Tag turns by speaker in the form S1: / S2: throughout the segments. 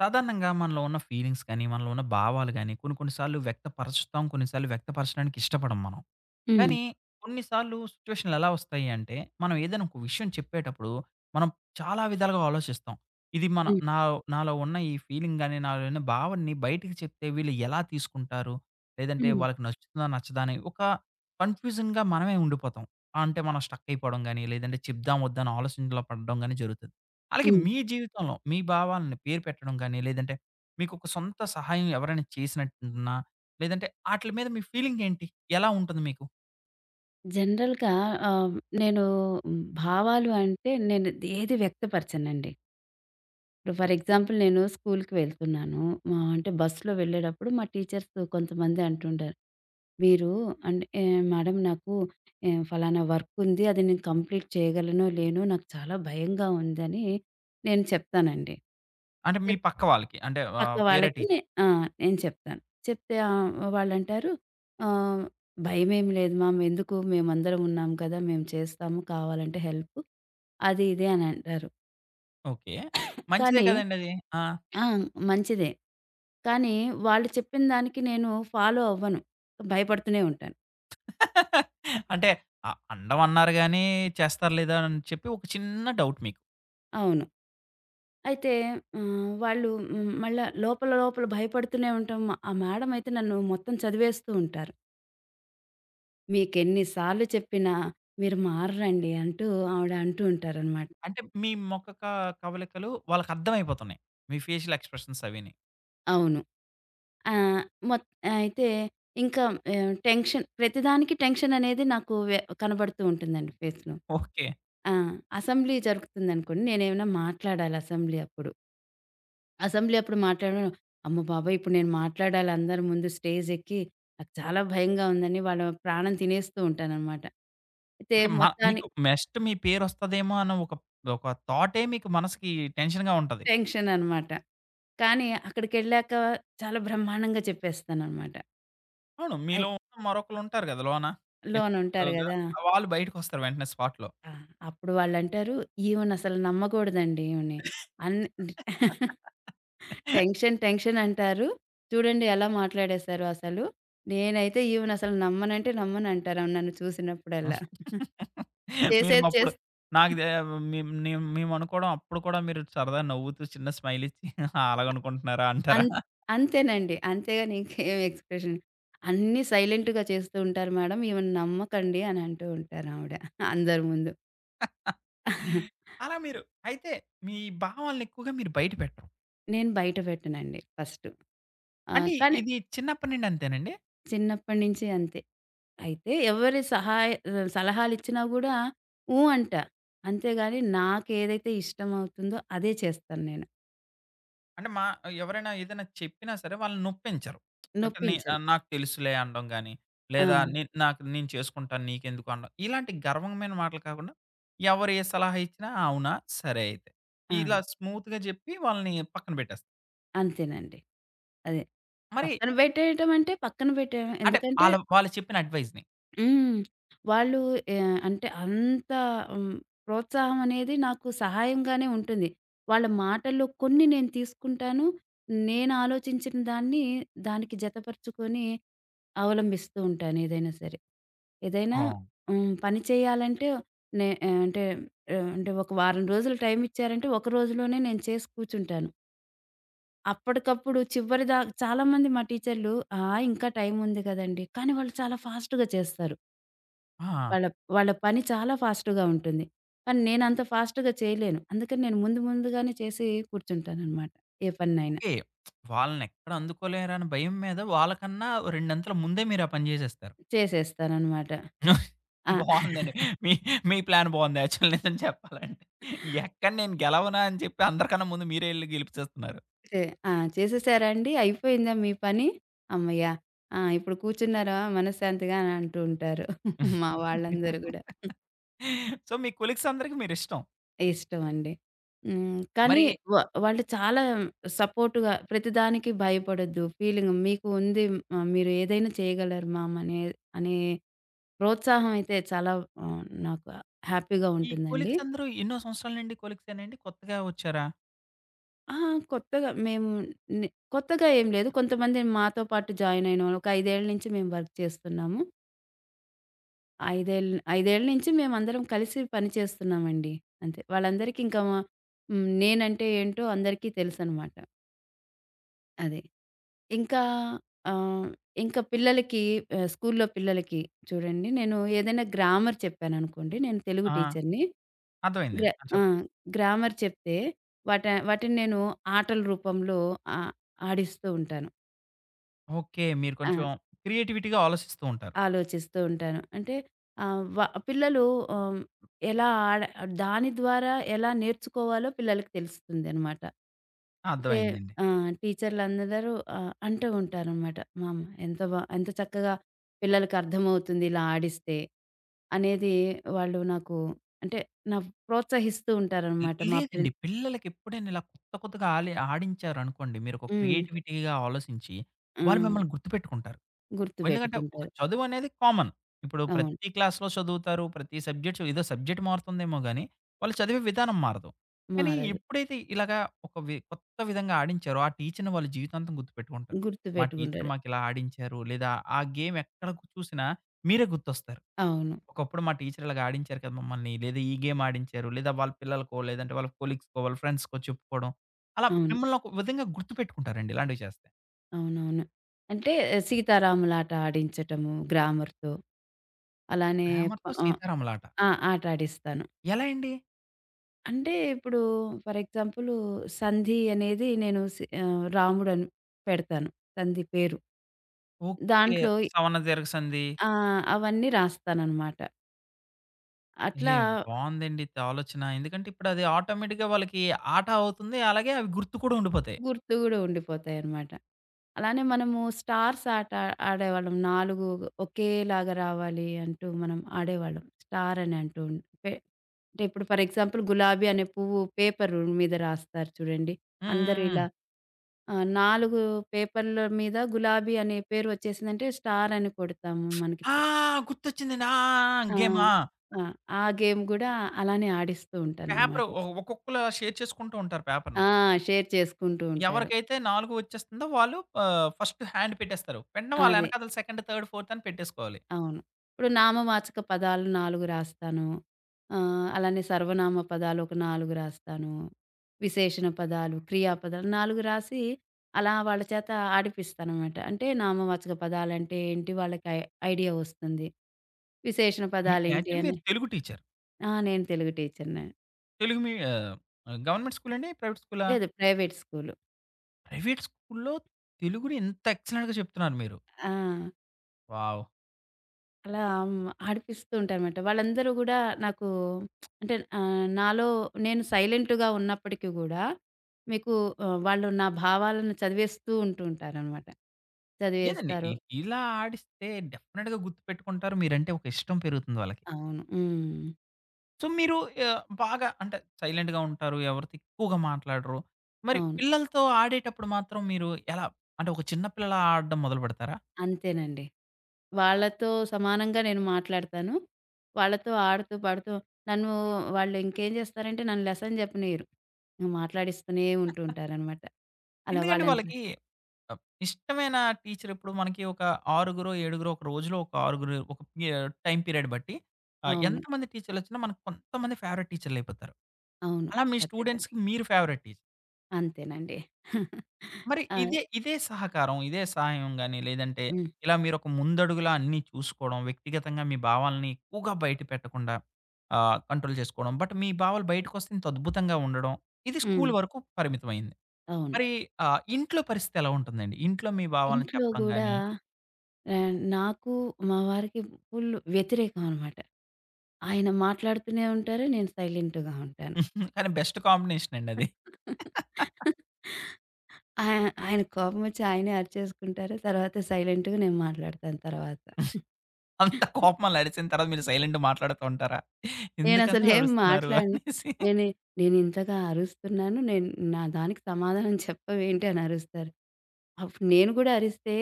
S1: సాధారణంగా మనలో ఉన్న ఫీలింగ్స్ కానీ, మనలో ఉన్న భావాలు గానీ, కొన్ని కొన్ని సార్లు వ్యక్తపరుస్తాం. కొన్ని సార్లు వ్యక్తపరచడానికి ఇష్టపడం మనం.
S2: హ్మ్.
S1: కానీ కొన్నిసార్లు సిట్యుయేషన్‌లు ఎలా వస్తాయి అంటే, మనం ఏదైనా ఒక విషయం చెప్పేటప్పుడు, మనం చాలా విధాలుగా ఆలోచిస్తాం. ఇది మన
S2: హ్మ్.
S1: నా నాలో ఉన్న ఈ ఫీలింగ్ గాని, నాలో ఉన్న భావనని బయటికి చెప్తే వీళ్ళు ఎలా తీసుకుంటారు? లేదంటే
S2: హ్మ్.
S1: వాళ్ళకి నచ్చుతుందా? నచ్చదా? అని ఒక కన్‌ఫ్యూజన్‌గా మనమే ఉండిపోతాం. అంటే మనం స్ట్రక్ అయిపోవడం గాని, లేదంటే చెప్దాం వద్దా అని ఆలోచనలో పడడం గాని జరుగుతది. అలాగే
S2: హ్మ్.
S1: మీ జీవితంలో మీ భావాలను పేరు పెట్టడం గాని, లేదంటే మీకు ఒక సొంత సహాయం ఎవరైనా చేసినట్టున్నా, లేదంటే ఆటిల మీద మీ ఫీలింగ్ ఏంటి? ఎలా ఉంటుంది మీకు?
S2: జనరల్‌గా ఆహ్, నేను భావాలు అంటే నేను ఏది వ్యక్తపరచనండి. ఇప్పుడు ఫర్ ఎగ్జాంపుల్ నేను స్కూల్‌కి వెళ్తున్నాను. అంటే బస్సులో వెళ్ళేటప్పుడు మా టీచర్స్ కొంతమంది అంటుంటారు. మీరు మేడం నాకు ఫలానా వర్క్ ఉంది. అది నేను కంప్లీట్ చేయగలనో లేనో నాకు చాలా భయంగా ఉందని నేను చెప్తానండి.
S1: అంటే మీ పక్క వాళ్ళకి. అంటే
S2: పక్క
S1: వేరే
S2: వాళ్ళకి నే
S1: టీచర్.
S2: ఆ! నేను చెప్తాను. చెప్తే వాళ్ళంటారు, ఆహ్, "భయమేమి లేదు మామ్. ఎందుకు మేమందరం ఉన్నాం కదా! మేము చేస్తాము కావాలంటే హెల్ప్" అది ఇది అని అంటారు.
S1: ఓకే. మంచిదే
S2: కానీ
S1: కదండీ అది. ఆ!
S2: ఆ! మంచిదే. కానీ వాళ్ళు చెప్పిన దానికి నేను ఫాలో అవ్వను. భయపడుతూనే ఉంటాను.
S1: అంటే అండం అన్నారు గాని, చేస్తారు లేదా అని చెప్పి ఒక చిన్న డౌట్ మీకు.
S2: అవును. అయితే వాళ్ళు మళ్ళా లోపల లోపల భయపడుతూనే ఉంటాం. ఆ మేడమ్ అయితే నన్ను మొత్తం చదివేస్తూ ఉంటారు. మీకెన్ని సార్లు చెప్పినా మీరు మారరండి అంటూ ఆవిడ అంటూ ఉంటారనమాట.
S1: అంటే మీ ముఖ క కవలికలు వాళ్ళకర్థమైపోతున్నాయి. మీ ఫేషియల్ ఎక్స్‌ప్రెషన్స్ అవిని.
S2: అవును. ఆహ్, మొత్ అయితే ఇంకా ఆహ్, టెన్షన్ ప్రతిదానికి టెన్షన్ అనేది నాకు కనబడుతూ ఉంటుందండి ఫేస్‌లో.
S1: ఓకే.
S2: ఆ! అసెంబ్లీ జరుగుతుందనుకోండి. నేనేమైనా మాట్లాడాలి అసెంబ్లీ అప్పుడు. అసెంబ్లీ అప్పుడు మాట్లాడడం, అమ్మ బాబోయ్! ఇప్పుడు నేను మాట్లాడాలి అందరి ముందు స్టేజ్ ఎక్కి నాకు చాలా భయంగా ఉందని వాళ్ళ ప్రాణం తినేస్తూ ఉంటాననమాట. అయితే
S1: ఓకే. మ
S2: మొత్తాని
S1: మీకు నెక్స్ట్ మీ పేరొస్తదేమో అన్న ఒక ఒక థాటే మీకు మనసుకి టెన్షన్‌గా ఉంటది.
S2: టెన్షన్ అనమాట. కానీ అక్కడికెళ్ళాక చాలా బ్రహ్మాండంగా చెప్పేస్తాననమాట.
S1: అవును. మీలో
S2: అయిత్
S1: మరొకళ్ళుంటారు కదా! లోన.
S2: లోనుంటారు
S1: ఇన్వాల్వ్‌గా
S2: గదా!
S1: వాళ్ళు బయటకొస్తారు వెంటనే స్పాట్‌లో.
S2: ఆ! అప్పుడు వాళ్ళంటారు, "ఈవెనసలు నమ్మకూడదండి ఈమెని. అన్ని టెన్షన్, టెన్షన్ అంటారు. చూడండి ఎలా మాట్లాడేశారో అసలు. నేనైతే ఈమెనసలు నమ్మనంటే నమ్మనంటారు ఆమె నన్ను చూసినప్పుడల్లా."
S1: మీరు
S2: చేసేది
S1: మప్పుడు
S2: చేస్
S1: నాకు దే మేం నేం మేమనుకోవడం అప్పుడు కూడా మీరు సరదా నవ్వుతూ చిన్న స్మైల్ ఇచ్చి "ఆ, అలాగనుకుంటున్నారా అంటారా?
S2: అన్ అంతేనండి. అంతేగాని ఇంకేం ఎక్స్‌ప్రెషన్ అన్నీ సైలెంట్‌గా చేస్తూ ఉంటారు మేడం. ఈమెను నమ్మకండి అని అంటూ ఉంటారావిడ అందరి ముందు. అహా!
S1: అలా మీరు అయితే మీ భావాలనెక్కువగా మీరు బయట పెట్టరు.
S2: నేను బయట పెట్టనండి ఫస్టు.
S1: అంటే
S2: కానీ
S1: ఇది చిన్నప్పటి నుండి అంతేనండి?
S2: చిన్నప్పటి నుంచి అంతే. అయితే సలహాలిచ్చినా గూడా "ఊ" అంటా. అంతేగాని నాకేదైతే ఇష్టమవుతుందో అదే చేస్తాను నేను.
S1: అంటే మా ఎవరైనా ఏదైనా చెప్పినా సరే వాళ్ళు నొప్పించరు. అంటే
S2: నొప్పించను.
S1: నాకు తెలుసులే అనడం గాని,
S2: ఆ!
S1: లేదా నాకు నేను చేసుకుంటాను నీకెందుకు అనడం. ఇలాంటి గర్వమైన మాటలు కాకుండా, ఎవరు ఏ సలహా ఇచ్చినా "ఆ, అవునా? సరే అయితే.
S2: ఆ!
S1: ఇలా స్మూత్‌గా చెప్పి వాళ్ళని పక్కన పెట్టేస్తా.
S2: అంతేనండి. అదే.
S1: మరి
S2: పక్కన పెట్టేయటం అంటే పక్కన పెట్టేయడమే.
S1: అంటే
S2: ఎందుకంటే
S1: వాళ్ళు చెప్పిన అడ్వైస్‌ని.
S2: హ్మ్. వాళ్ళు ఆహ్, అంటే అంత హ్మ్, ప్రోత్సాహం అనేది నాకు సహాయంగానే ఉంటుంది. వాళ్ళ మాటల్లో కొన్ని నేను తీసుకుంటాను. నేను ఆలోచించిన దాన్ని, దానికి జతపరుచుకొని అవలంబిస్తూ ఉంటాను ఏదైనా సరే. ఏదైనా
S1: అవును.
S2: పని చేయాలంటే నే ఆహ్, అంటే ఆహ్, అంటే ఒక వారం రోజులు టైం ఇచ్చారంటే, ఒక రోజులోనే నేను చేసి కూర్చుంటాను. అప్పటికప్పుడు చివరిదా చాలామంది మా టీచర్లు, "ఆ! ఇంకా టైం ఉంది కదండీ!" కానీ వాళ్ళు చాలా ఫాస్ట్‌గా చేస్తారు.
S1: ఆ!
S2: వాళ్ళ వాళ్ళ పని చాలా ఫాస్ట్‌గా ఉంటుంది. కానీ నేనంత ఫాస్ట్‌గా చేయలేను. అందుకని నేను ముందు ముందుగానే చేసి కూర్చుంటాననమాట. ఏ పనినైనా
S1: ఓకే. వాళ్ళనెక్కడ అందుకోలేరని భయం మీద వాళ్ళకన్నా రెండంతల ముందే మీరు ఆ పని చేసేస్తారు.
S2: చేసేస్తాననమాట. ఆ!
S1: బావుందండి. మీ మీ ప్లాన్ బావుంది. యాక్చువల్ నిజం చెప్పాలంటే. ఎక్కడ నేను గెలవనా అని చెప్పి అందరికన్నా ముందు మీరే ఎళ్లి గెలిపిచేస్తున్నారు.
S2: చే ఆ! "చేసేసారా అండి? అయిపోయిందా మీ పని? హమ్మయ్య! ఆ! ఇప్పుడు కూర్చున్నారా మనశ్శాంతిగా" అని అంటూ ఉంటారు. మా వాళ్ళందరూ గూడా.
S1: సో, మీ కొలీగ్స్ అందరికి మీరిష్టం.
S2: ఇష్టమండి. హ్మ్. కానీ
S1: మరి
S2: వ వాళ్ళు చాలా సపోర్ట్‌గా ప్రతిదానికి భయపడొద్దు. ఫీలింగ్ మీకు ఉంది. మీరు ఏదైనా చేయగలరు మామ్ అనే అనే ప్రోత్సాహం అయితే చాలా నాకు హ్యాపీగా
S1: ఈ
S2: ఉంటుందండి.
S1: కొలీగ్స్ అందరూ ఎన్నో సంవత్సరాల నుండి కొలీగ్సేనా అండి? కొత్తగా వచ్చారా?
S2: ఆ! కొత్తగా మేము నే కొత్తగా ఏం లేదు. కొంతమంది మాతో పాటు జాయిన్ అయినోళ్ళు ఒక 5 ఏళ్ల నుంచి మేము వర్క్ చేస్తున్నాము. 5 ఏళ్ 5 ఏళ్ల నుంచి మేమందరం కలిసి పని చేస్తున్నామండి. అంతే. వాళ్ళందరికీ ఇంకా హ్మ్. నేనంటే ఏంటో అందరికీ తెలుసనమాట. అది. ఇంకా ఆహ్, ఇంకా పిల్లలకి ఆహ్, స్కూల్లో పిల్లలకి చూడండి నేను ఏదైనా గ్రామర్ చెప్పాననుకోండి, నేను తెలుగు
S1: ఆ!
S2: టీచర్‌ని. గ్ర
S1: అర్థమైందండి. ఆ!
S2: ఆ!
S1: చెప్పండి.
S2: గ్రామర్ చెప్తే వాటిని నేను ఆటల రూపంలో ఆ! ఆడిస్తూ ఉంటాను.
S1: ఓకే. మీరు
S2: ఆ!
S1: కొంచెం క్రియేటివిటీగా ఆలోచిస్తూ ఉంటారు.
S2: ఆలోచిస్తూ ఉంటాను. అంటే ఆహ్, వ పిల్లలు ఆహ్, ఎలా ఆడ దాని ద్వారా ఎలా నేర్చుకోవాలో పిల్లలకి తెలుస్తుందనమాట.
S1: ఆ!
S2: అయితే
S1: అర్థమైందండి.
S2: ఆ! టీచర్‌లందరూ అంటూ ఉంటారనమాట. మా అమ్మ ఎంత చక్కగా పిల్లలకి అర్థమవుతుంది ఇలా ఆడిస్తే అనేది వాళ్ళు నాకు అంటే నా ప్రోత్సహిస్తూ
S1: లే
S2: ఉంటారనమాట. మా
S1: లేదండి.
S2: ప్రిన్
S1: పిల్లలకి ఎప్పుడైనా ఇలా కొత్తగా ఆడించారనుకోండి, మీరొక
S2: హ్మ్.
S1: క్రియేటివిటీగా ఆలోసించి,
S2: ఆ!
S1: వాళ్ళు మిమ్మల్ని గుర్తుపెట్టుకుంటారు. ఎందుకంటే ఒక
S2: గుర్తుపెట్టుకుంటారు.
S1: చదువనేది కామన్. ఇప్పుడు
S2: అవును.
S1: ప్రతి క్లాస్‌లో చదువుతారు. ప్రతి సబ్జెక్ట్ ఏదో సబ్జెక్ట్ మారుతుందేమో గానీ, వాళ్ళు చదివే విధానం మారదు. కానీ
S2: మారదు.
S1: ఎప్పుడైతే ఇలాగా ఒక వి కొత్త విధంగా ఆడించారో, ఆ టీచర్‌ని వాళ్ళు జీవితాంతం గుర్తుపెట్టుకుంటారు. మా టీచర్
S2: గుర్తుపెట్టుకుంటారు.
S1: మాకిలా ఆడించారు, లేదా ఆ గేమ్ ఎక్కడ గు- చూసినా మీరే గుర్తొస్తారు.
S2: అవును.
S1: ఒకప్పుడు మా టీచర్ ఇలాగ ఆడించారు కదా మమ్మల్ని, లేదా ఈ గేమ్ ఆడించారు, లేదా వాళ్ళ పిల్లలకో, లేదంటే వాళ్ళ కొలీగ్స్‌కో, వాళ్ళ ఫ్రెండ్స్‌కో చెప్పుకోవడం. అలా
S2: అవును.
S1: మిమ్మల్ని ఒక విధంగా గుర్తుపెట్టుకుంటారండి ఇలాంటివి చేస్తే.
S2: అవునవును. అంటే సీతారాములాట ఆడించటము గ్రామర్‌తో. అలానే ప
S1: 'రామర్‌తో
S2: ఆహ్,
S1: సీతారాములాట'
S2: ఆ! ఆట ఆడిస్తాను.
S1: ఎలా అండి?
S2: అంటే ఇప్పుడు ఫర్ ఎగ్జాంపుల్ సంధి అనేది రాముడని పెడతాను. సంధి పేరు.
S1: ఓకే.
S2: దాంట్లో
S1: సవన దీర్ఘసంధి.
S2: ఆ! అవన్నీ రాస్తాననమాట.
S1: ఏ
S2: అట్లా
S1: బావుందండి ఇది ఆలోచన. ఎందుకంటే ఇప్పుడది ఆటోమేటిక్‌గా వాళ్ళకి ఆట అవుతుంది. అలాగే అవి గుర్తు కూడా ఉండిపోతాయి.
S2: గుర్తు గూడా ఉండిపోతాయన్నమాట. అలానే మనము స్టార్స్ ఆట ఆడేవాళ్ళం. 4 ఒకేలాగా రావాలి అంటూ మనం ఆడేవాళ్ళం. స్టార్ అని అంటూ ఉం- పె అంటే ఇప్పుడు ఫర్ ఎగ్జాంపుల్ గులాబీ అనే పువ్వు పేపర్ మీద రాస్తారు చూడండి.
S1: హ్మ్.
S2: అందరూ
S1: హ్మ్. హ్మ్.
S2: ఇలా 4 పేపర్ల మీద గులాబీ అనే పేరు వచ్చేసిందంటే స్టార్ అని కొడతాము మనకి.
S1: ఆ! గుర్తొచ్చిందండి. ఆ! ఆ! ఆ!
S2: ఆ!
S1: గేమ్. ఆ!
S2: ఆ! ఆ గేమ్ గూడా అలానే ఆడిస్తూ
S1: పేపరు
S2: ఉంటానన్నమాట.
S1: ఒ ఒక్కొక్కళ్ళు షేర్ చేసుకుంటూ ఉంటారు పేపర్‌ని.
S2: ఆ! షేర్ చేసుకుంటూ ఉంటారు.
S1: ఎవరికైతే 4 వచ్చేస్తుందో వాళ్ళు ఫస్ట్ హ్యాండ్ పెట్టేస్తారు. వెంటనే వాళ్ళ
S2: అదే.
S1: ఎనకాతల సెకండ్, థర్డ్, ఫోర్త్ అని పెట్టేసుకోవాలి.
S2: అవును. ఇప్పుడు నామవాచక పదాలు 4 రాస్తాను. అలానే సర్వనామ పదాలు ఒక 4 రాస్తాను. విశేషణ పదాలు, క్రియా పదాలు 4 రాసి అలా వాళ్ళ చేత ఆడిపిస్తాననమాట. అంటే నామవాచక పదాలంటే ఏంటి వాళ్ళకి ఐడియా వస్తుంది. విశేషణ
S1: మీ
S2: పదాలేంటి
S1: యాక్చువల్లీ
S2: అని
S1: మీరు తెలుగు టీచర్.
S2: ఆ! నేను తెలుగు టీచర్‌నే.
S1: తెలుగు మీ గవర్నమెంట్ స్కూలండి? ప్రైవేట్ స్కూలా?
S2: లేదు ప్రైవేట్ స్కూలు.
S1: ప్రైవేట్ స్కూల్‌లో తెలుగుని ఇంత ఎక్సలెంట్‌గా చెప్తున్నారు మీరు.
S2: ఆ!
S1: వావ్!
S2: అలా హ్మ్. ఆడిపిస్తూ ఉంటానమాట. వాళ్ళందరూ గూడా నాకు అంటే నాలో నేను సైలెంట్‌గా ఉన్నప్పటికి గూడా మీకు వాళ్ళు నా భావాలను చదివేస్తూ ఉంటారనమాట.
S1: లేదండి.
S2: చదివేస్తారు.
S1: ఇలా ఆడిస్తే డెఫినిట్‌గా గుర్తుపెట్టుకుంటారు. మీరంటే ఒక ఇష్టం పెరుగుతుంది వాళ్ళకి.
S2: అవును. హ్మ్.
S1: సో, మీరు బాగా అంటే సైలెంట్‌గా ఉంటారు. ఎవరితో ఎక్కువగా మాట్లాడరు. మరి
S2: అవును.
S1: పిల్లలతో ఆడేటప్పుడు మాత్రం మీరు ఎలా? అంటే ఒక చిన్న పిల్లలా ఆడడం మొదలుపెడతారా?
S2: అంతేనండి. వాళ్ళతో సమానంగా నేను మాట్లాడతాను. వాళ్ళతో ఆడుతూ, పాడుతూ నన్ను వాళ్ళు ఇంకేం చేస్తారంటే నన్ను లెసన్ చెప్పనీయరు. మాట్లాడిస్తూనే ఉంటారనమాట. అలా
S1: ఎందుకంటే
S2: వాళ్ళని
S1: వాళ్ళకి ఆహ్, ఇష్టమైన టీచర్ ఇప్పుడు మనకి ఒక ఆరుగురో, ఏడుగురో ఒక రోజులో ఒక ఆరుగురు ఒక పి టైమ్ పీరియడ్ బట్టి
S2: అవును.
S1: ఎంతమంది టీచర్‌లొచ్చినా మనకు కొంతమంది ఫేవరెట్ టీచర్‌లయిపోతారు.
S2: అవును.
S1: అలా మీ
S2: ఖచ్చితంగా.
S1: స్టూడెంట్స్‌కి మీరు ఫేవరెట్ టీచర్.
S2: అంతేనండి.
S1: మరి
S2: ఆ!
S1: ఇదే ఇదే సహకారం, ఇదే సహాయం గాని, లేదంటే
S2: హ్మ్.
S1: ఇలా మీరొక ముందడుగులా అన్నీ చూసుకోవడం, వ్యక్తిగతంగా మీ భావాల్ని ఎక్కువగా బయట పెట్టకుండా కంట్రోల్ చేసుకోవడం. బట్ మీ భావాలు బయటకొస్తే ఇంత అద్భుతంగా ఉండడం, ఇది
S2: హ్మ్.
S1: స్కూల్ వరకు పరిమితమైంది.
S2: అవును.
S1: మరి ఇంట్లో పరిస్థితి ఎలా ఉంటుందండి? ఇంట్లో మీ భావాలను
S2: ఇంట్లో
S1: చెప్పడం
S2: గూడా
S1: గాని
S2: నాకు, మా వారికి ఫుల్ వ్యతిరేకం అనమాట. ఆయన మాట్లాడుతూనే ఉంటారు. నేను సైలెంట్‌గా ఉంటాను.
S1: కానీ బెస్ట్ కాంబినేషన్ అండి అది.
S2: ఆయ ఆయన కోపమొచ్చి ఆయనే అరిచేసుకుంటారు. తర్వాత సైలెంట్‌గా నేను మాట్లాడతాను తర్వాత.
S1: అంత కోపం అలా అరిసిన తర్వాత మీరు సైలెంట్‌గా మాట్లాడుతూ ఉంటారా? ఎందుకలా
S2: నేనసలేం
S1: అరుస్తున్నారు
S2: మాట్లాడను.
S1: అనేసి?
S2: నేనే నేనింతగా అరుస్తున్నాను. నా దానికి సమాధానం చెప్పవేంటి అని అరుస్తారు. అప్పుడు నేను కూడా అరిస్తే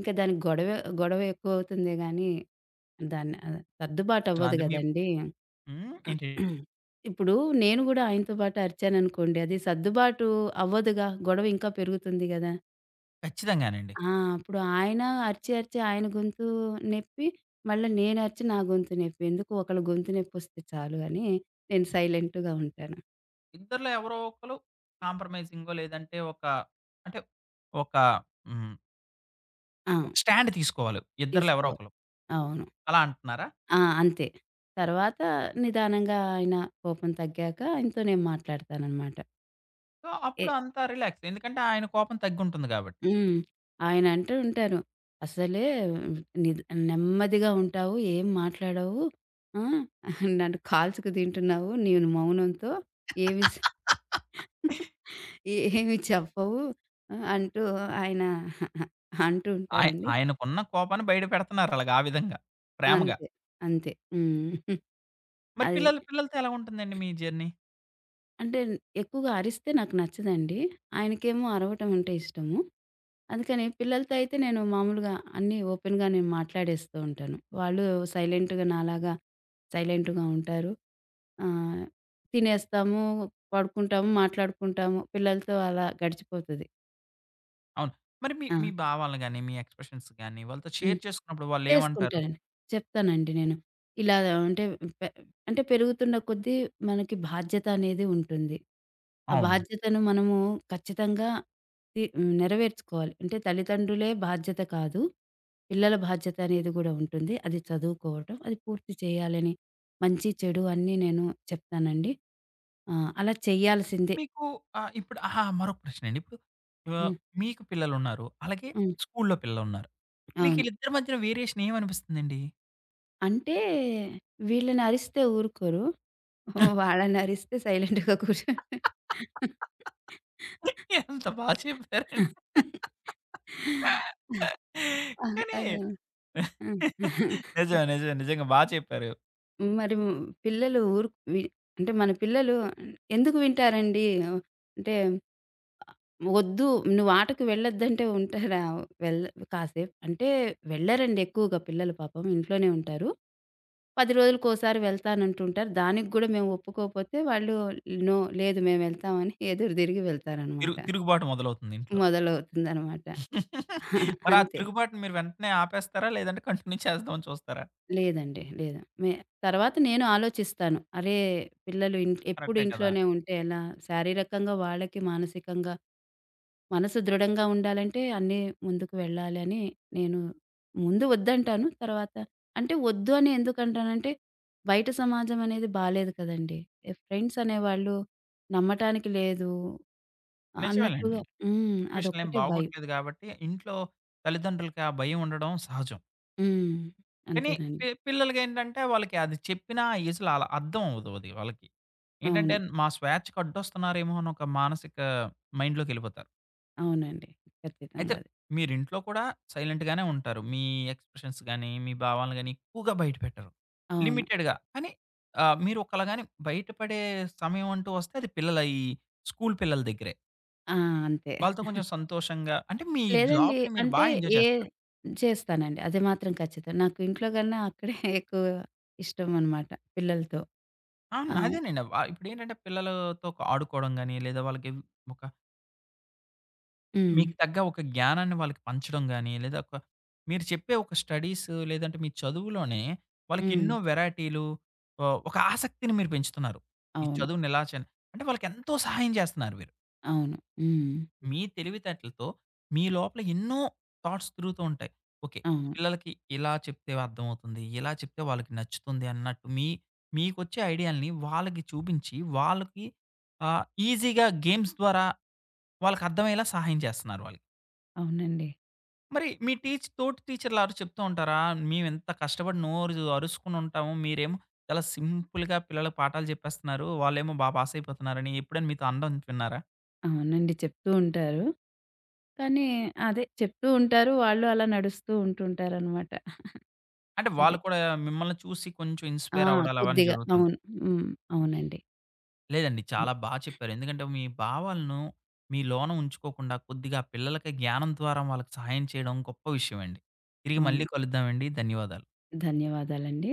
S2: ఇంకా దానికి గొడవే గొడవ ఎక్కువవుతుందే గానీ, దాన్ని సర్దుబాటవ్వదు
S1: అంటే మీ
S2: గదండీ!
S1: హ్మ్. ఏంటి?
S2: ఇప్పుడు నేను గూడా ఆయనతో పాటు అరిచాననుకోండి, అది సర్దుబాటు అవ్వదుగా. గొడవ ఇంకా పెరుగుతుంది గదా!
S1: ఖచ్చితంగానండి.
S2: ఆ! అప్పుడు ఆయన అరిచి, అరిచి ఆయన గొంతు నొప్పి, మళ్ళా నేనరిచి నా గొంతు నొప్పి. ఎందుకు ఒకళ్ళ గొంతు నొప్పొస్తే చాలు అని నేను సైలెంట్‌గా ఉంటాను.
S1: ఇద్దరిలో ఎవరో ఒకళ్ళు కాంప్రమైజింగో లేదంటే ఒక అంటే ఒక హ్మ్.
S2: ఆ!
S1: ఒక స్టాండ్ తీసుకోవాలి. ఇద్దరిలో ఎవరో
S2: తీసుకోరు.
S1: ఒకళ్ళు.
S2: అవును.
S1: అలా అంటున్నారా?
S2: ఆ! అంతే. తర్వాత నిదానంగా ఆయన కోపం తగ్గాక ఆయనతో నేను మాట్లాడతాననమాట.
S1: సో,
S2: ఎ
S1: అప్పుడు అంతా రిలాక్స్. ఎందుకంటే ఆయన కోపం తగ్గుంటుంది కాబట్టి.
S2: హ్మ్. ఆయన అంటూ ఉంటారు, "అసలే నిద్ నెమ్మదిగా ఉంటావు, ఏం మాట్లాడవు. ఆ! నన్ను కాల్చుకు తింటున్నావు నేను మౌనంతో. ఏవి" ఏమి చెప్పవు అంటూ ఆయన అంటూ ఉంటారండి.
S1: ఆయనకున్న కోపాన్ని బయట పెడుతున్నారు అలాగా ఆ విధంగా. ప్రేమగా.
S2: అంతే. అంతే. హ్మ్.
S1: మరి
S2: అది.
S1: పిల్లలతో ఎలా ఉంటుందండి మీ జర్నీ?
S2: అంటే ఎక్కువగా అరిస్తే నాకు నచ్చదండి. ఆయనకేమో అరవటం అంటే ఇష్టము. అందుకని పిల్లలతో అయితే నేను మామూలుగా అన్నీ ఓపెన్‌గా నేను మాట్లాడేస్తూ ఉంటాను. వాళ్ళు సైలెంట్‌గా నాలాగా సైలెంట్‌గా ఉంటారు. ఆహ్, తినేస్తాము, పడుకుంటాము, మాట్లాడుకుంటాము. పిల్లలతో అలా గడిచిపోతది.
S1: అవును. మరి మీ
S2: ఆ!
S1: మీ భావాలను గాని, మీ ఎక్స్‌ప్రెషన్స్ గాని వాళ్ళతో షేర్
S2: హ్మ్.
S1: చేసుకున్నప్పుడు వాళ్ళేమంటారు?
S2: చేసుకుంటానండి. చెప్తానండి నేను. ఇలా అంటే పె అంటే పెరుగుతున్న కొద్దీ మనకి బాధ్యత అనేది ఉంటుంది. ఆ
S1: అవును.
S2: బాధ్యతను మనము ఖచ్చితంగా తి నెరవేర్చుకోవాలి. అంటే తల్లిదండ్రులే బాధ్యత కాదు. పిల్లల బాధ్యత అనేది గూడా ఉంటుంది. అది చదువుకోవటం, అది పూర్తి చేయాలని మంచి, చెడు అన్నీ నేను చెప్తానండి. ఆ! అలా చేయాల్సిందే.
S1: మీకు ఆహ్, ఇప్పుడు ఆహా! మరొక ప్రశ్నండి. ఇప్పుడు ఆహ్,
S2: హ్మ్.
S1: మీకు పిల్లలున్నారు. అలాగే
S2: హ్మ్.
S1: స్కూల్లో పిల్లలున్నారు. మీకు
S2: అవును.
S1: ఈళ్ళిద్దరి మధ్యన వేరియేషన్ ఏమనిపిస్తుందండి?
S2: అంటే వీళ్ళని అరిస్తే ఊరుకోరు. ఓహ్! వాళ్ళనరిస్తే సైలెంట్‌గా కూర్చో
S1: ఎంత బా చెప్పారండి.
S2: ఆ! అదే.
S1: కానీ
S2: ఆ!
S1: నిజమే. నిజమే. నిజంగా బా చెప్పారు.
S2: మరి పిల్లలు ఊరు వి అంటే మన పిల్లలు ఎందుకు వింటారండి? అంటే వద్దు నువ్వు ఆటకు వెళ్ళొద్దంటే ఉంటారా? వెళ్ కాసేపు అంటే వెళ్ళరండి, ఎక్కువగా పిల్లలు పాపం ఇంట్లోనే ఉంటారు. 10 రోజులకోసారి వెళ్తానంటుంటారు. దానికి గూడా మేము ఒప్పుకోకపోతే వాళ్ళు నో లేదు మేమెళ్తామని ఎదురు తిరిగి వెళ్తారనమాట.
S1: తిరుగుబాటు మొదలవుతుంది ఇంట్లో.
S2: మొదలవుతుందనమాట.
S1: మరి ఆ
S2: అంతే.
S1: తిరుగుబాటుని మీరు వెంటనే ఆపేస్తారా? లేదంటే కంటిన్యూ చేద్దామని చూస్తారా?
S2: లేదండి. లేదు. తర్వాత నేను ఆలోచిస్తాను. అరే! పిల్లలు ఇన్ ఎప్పుడు
S1: కరెక్టే కదా!
S2: ఇంట్లోనే ఉంటే ఎలా? శారీరకంగా వాళ్ళకి, మానసికంగా మనసు దృఢంగా ఉండాలంటే అన్నీ ముందుకు వెళ్ళాలి అని నేను ముందు వద్దంటాను. తర్వాత అంటే వద్దు అని ఎందుకంటానంటే, బయట సమాజం అనేది బాలేదు కదండీ! ఫ్రెండ్స్ అనేవాళ్ళు నమ్మటానికి లేదు
S1: నిజమేనండి.
S2: అన్నట్టుగా. హ్మ్.
S1: సిట్యుయేషన్‌లేం
S2: అదొక్కటే భయం.
S1: బాగోట్లేదు గాబట్టి, ఇంట్లో తల్లిదండ్రులకి ఆ భయం ఉండడం సహజం.
S2: హ్మ్.
S1: కానీ
S2: అంతేనండి.
S1: పిల్లలకేంటంటే, వాళ్ళకి అది చెప్పినా ఆ ఏజ్‌లో అలా అర్థం అవ్వదు అది వాళ్ళకి. ఏంటంటే,
S2: అవును.
S1: మా స్వేచ్ఛకి అడ్డొస్తున్నారేమో అని ఒక మానసిక మైండ్‌లోకెళ్ళిపోతారు.
S2: అవునండి.
S1: అయితే
S2: ఖచ్చితంగా అది.
S1: మీరింట్లో కూడా సైలెంట్‌గానే ఉంటారు. మీ ఎక్స్‌ప్రెషన్స్ గానీ, మీ భావాలను గానీ ఎక్కువగా బయట పెట్టరు.
S2: అవును.
S1: లిమిటెడ్‌గా. కానీ మీరు ఒకలా గాని బయటపడే సమయం అంటూ వస్తే అది పిల్లల ఈ స్కూల్ పిల్లల దగ్గరే.
S2: ఆ! అంతే.
S1: వాళ్ళతో కొంచెం సంతోషంగా అంటే, మీ
S2: లేదండి.
S1: జాబ్‌ని మీరు బా
S2: అంటే
S1: ఎంజాయ్
S2: ఏ
S1: చేస్తారు.
S2: చేస్తానండి. అది మాత్రం ఖచ్చితం. నాకు ఇంట్లో కన్నా అక్కడే ఎక్కువ ఇష్టం అనమాట పిల్లలతో.
S1: ఆ!
S2: ఆ!
S1: అదేనండి. ఇప్పుడేంటంటే పిల్లలతో ఒక ఆడుకోవడం గాని, లేదా వాళ్ళకి ఒక
S2: హ్మ్.
S1: మీకు తగ్గ ఒక జ్ఞానాన్ని వాళ్ళకి పంచడం గాని, లేదా ఒక మీరు చెప్పే ఒక స్టడీస్ లేదంటే మీ చదువులోనే వాళ్ళకి
S2: హ్మ్.
S1: ఎన్నో వెరైటీలు ఒక ఆసక్తిని మీరు పెంచుతున్నారు. ఈ
S2: అవును.
S1: చదువుని ఎలా చే అంటే వాళ్ళకి ఎంతో సహాయం చేస్తున్నారు మీరు.
S2: అవును. హ్మ్.
S1: మీ తెలివితేటలతో మీ లోపల ఎన్నో థాట్స్ తిరుగుతూ ఉంటాయి. ఓకే.
S2: అవును.
S1: పిల్లలకి ఇలా చెప్తే అర్థమవుతుంది. ఇలా చెప్తే వాళ్ళకి నచ్చుతుంది అన్నట్టు మీకొచ్చే ఐడియా‌లని వాళ్ళకి చూపించి వాళ్ళకి ఈజీ‌గా గేమ్స్ ద్వారా వాళ్ళకి అర్థమయ్యేలా సహాయం చేస్తున్నారు వాళ్ళకి.
S2: అవునండి.
S1: మరి మీ టీచ్ తోటి టీచర్‌లు ఆరు చెప్తూ ఉంటారా? మేమెంత కష్టపడి నోరు అరుసుకొని ఉంటాము. మీరేమో చాలా సింపుల్‌గా పిల్లలకి పాఠాలు చెప్పేస్తున్నారు. వాళ్ళేమో బా పాస్ అయిపోతున్నారని ఎప్పుడైనా మీతో అనడం విన్నారా?
S2: అవునండి. చెప్తూ ఉంటారు. కానీ అదే చెప్తూ ఉంటారు. వాళ్ళు అలా నడుస్తూ ఉంటుంటారనమాట.
S1: అంటే
S2: అదే.
S1: వాళ్ళు కూడా మిమ్మల్ని చూసి కొంచెం
S2: ఆ!
S1: ఇన్‌స్పైర్ అవ్వడాలు అవన్నీ
S2: కొద్దిగా.
S1: జరుగుతుంటాయి.
S2: అవును. హ్మ్. అవునండి.
S1: లేదండి చాలా బా చెప్పారు. ఎందుకంటే మీ భావాలను మీ లోన ఉంచుకోకుండా కొద్దిగా పిల్లలకి జ్ఞానం ద్వారా వాళ్ళకి సహాయం చేయడం గొప్ప విషయమండి. తిరిగి
S2: అవును.
S1: మళ్ళీ కలుద్దామండి. ధన్యవాదాలు.
S2: ధన్యవాదాలండి.